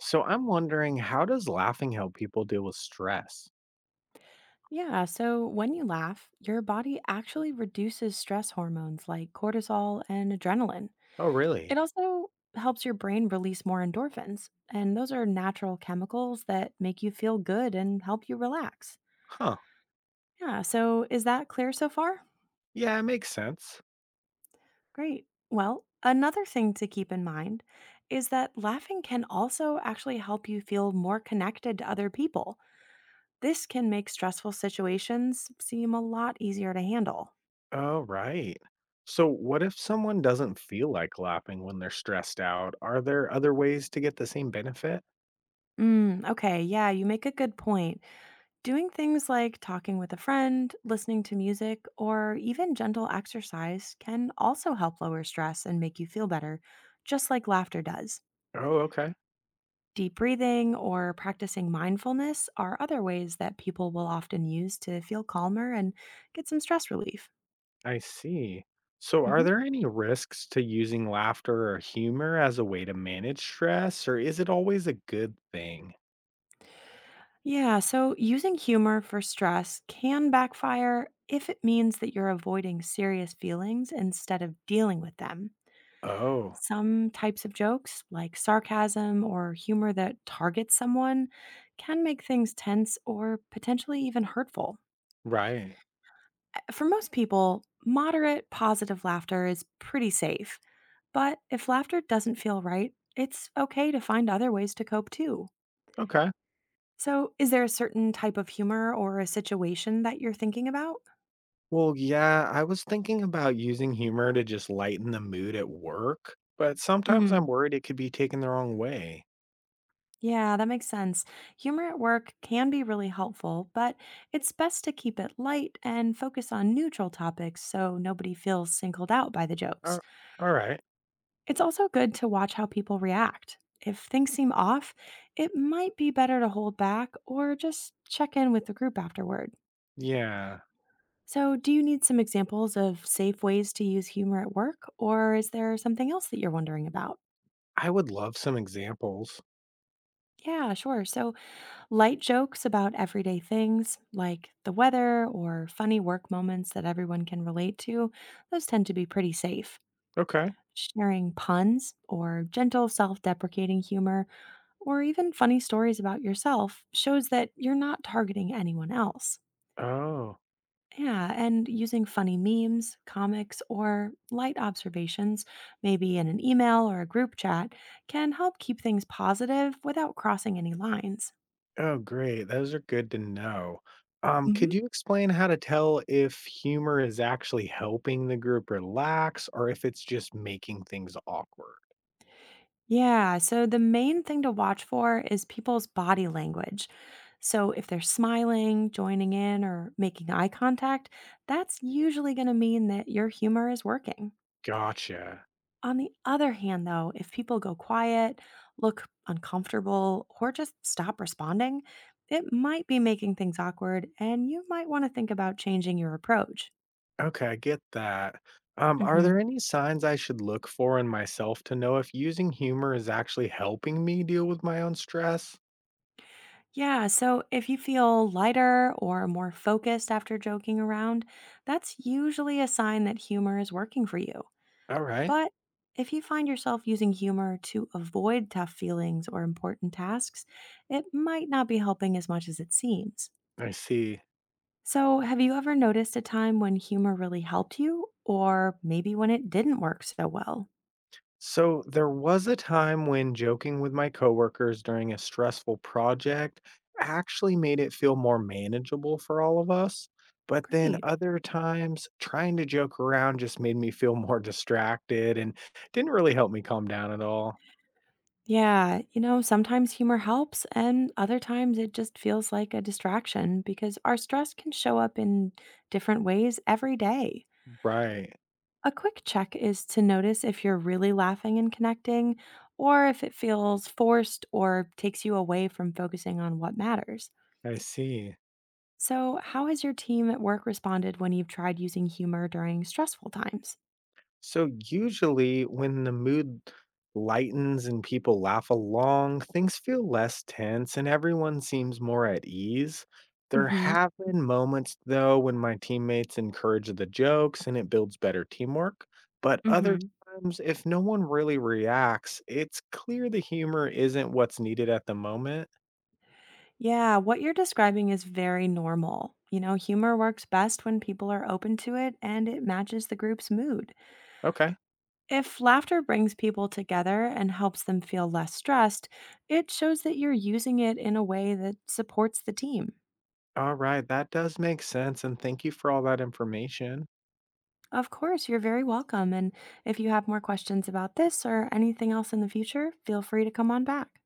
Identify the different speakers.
Speaker 1: So I'm wondering, how does laughing help people deal with stress?
Speaker 2: Yeah, so when you laugh, your body actually reduces stress hormones like cortisol and adrenaline.
Speaker 1: Oh,
Speaker 2: It
Speaker 1: really?
Speaker 2: also helps your brain release more endorphins, and those are natural chemicals that make you feel good and help you relax.
Speaker 1: Huh.
Speaker 2: Yeah, so is that clear so far?
Speaker 1: Yeah, it makes sense.
Speaker 2: Great. Well, another thing to keep in mind is that laughing can also actually help you feel more connected to other people. This can make stressful situations seem a lot easier to handle.
Speaker 1: Oh, right. So, what if someone doesn't feel like laughing when they're stressed out? Are there other ways to get the same benefit?
Speaker 2: Mm, okay, yeah, you make a good point. Doing things like talking with a friend, listening to music, or even gentle exercise can also help lower stress and make you feel better, just like laughter does.
Speaker 1: Oh, okay.
Speaker 2: Deep breathing or practicing mindfulness are other ways that people will often use to feel calmer and get some stress relief.
Speaker 1: I see. So, are
Speaker 2: Mhm.
Speaker 1: there any risks to using laughter or humor as a way to manage stress, or is it always a good thing?
Speaker 2: Yeah, so using humor for stress can backfire if it means that you're avoiding serious feelings instead of dealing with them.
Speaker 1: Oh,
Speaker 2: Some types of jokes, like sarcasm or humor that targets someone, can make things tense or potentially even hurtful.
Speaker 1: right.
Speaker 2: For most people, moderate, positive laughter is pretty safe. But if laughter doesn't feel right, it's okay to find other ways to cope too.
Speaker 1: Okay.
Speaker 2: So, is there a certain type of humor or a situation that you're thinking about?
Speaker 1: Well, yeah, I was thinking about using humor to just lighten the mood at work, but sometimes I'm worried it could be taken the wrong way.
Speaker 2: Yeah, that makes sense. Humor at work can be really helpful, but it's best to keep it light and focus on neutral topics so nobody feels singled out by the jokes.
Speaker 1: Ar- all right.
Speaker 2: It's also good to watch how people react. If things seem off, it might be better to hold back or just check in with the group afterward.
Speaker 1: Yeah,
Speaker 2: So, do you need some examples of safe ways to use humor at work, or is there something else that you're wondering about?
Speaker 1: I would love some examples.
Speaker 2: Yeah, sure. So, light jokes about everyday things like the weather or funny work moments that everyone can relate to, those tend to be pretty safe.
Speaker 1: Okay.
Speaker 2: Sharing puns or gentle self deprecating humor or even funny stories about yourself shows that you're not targeting anyone else.
Speaker 1: Oh,
Speaker 2: Yeah, and using funny memes, comics, or light observations, maybe in an email or a group chat, can help keep things positive without crossing any lines.
Speaker 1: oh, great. Those are good to know.
Speaker 2: Mhm.
Speaker 1: Could you explain how to tell if humor is actually helping the group relax or if it's just making things awkward?
Speaker 2: Yeah, so the main thing to watch for is people's body language. So if they're smiling, joining in, or making eye contact, that's usually going to mean that your humor is working.
Speaker 1: Gotcha.
Speaker 2: On the other hand, though, if people go quiet, look uncomfortable, or just stop responding, it might be making things awkward, and you might want to think about changing your approach.
Speaker 1: Okay, I get that. Are there
Speaker 2: Mhm.
Speaker 1: any signs I should look for in myself to know if using humor is actually helping me deal with my own stress?
Speaker 2: Yeah, so if you feel lighter or more focused after joking around, that's usually a sign that humor is working for you.
Speaker 1: All right,
Speaker 2: But if you find yourself using humor to avoid tough feelings or important tasks, it might not be helping as much as it seems.
Speaker 1: I see.
Speaker 2: So, have you ever noticed a time when humor really helped you, or maybe when it didn't work so well?
Speaker 1: So there was a time when joking with my coworkers during a stressful project actually made it feel more manageable for all of us. But then
Speaker 2: Great.
Speaker 1: other times, trying to joke around just made me feel more distracted and didn't really help me calm down at all.
Speaker 2: Yeah, sometimes humor helps, and other times it just feels like a distraction because our stress can show up in different ways every day.
Speaker 1: Right,
Speaker 2: A quick check is to notice if you're really laughing and connecting, or if it feels forced or takes you away from focusing on what matters.
Speaker 1: I see.
Speaker 2: So, how has your team at work responded when you've tried using humor during stressful times?
Speaker 1: So usually when the mood lightens and people laugh along, things feel less tense and everyone seems more at ease.
Speaker 2: Mm
Speaker 1: There
Speaker 2: hmm.
Speaker 1: have been moments though when my teammates encourage the jokes and it builds better teamwork, but
Speaker 2: Mm
Speaker 1: other
Speaker 2: hmm.
Speaker 1: times if no one really reacts, it's clear the humor isn't what's needed at the moment.
Speaker 2: Yeah, what you're describing is very normal. Humor works best when people are open to it and it matches the group's mood.
Speaker 1: Okay.
Speaker 2: If laughter brings people together and helps them feel less stressed, it shows that you're using it in a way that supports the team.
Speaker 1: All right, that does make sense and thank you for all that information.
Speaker 2: Of course, you're very welcome. And if you have more questions about this or anything else in the future, feel free to come on back.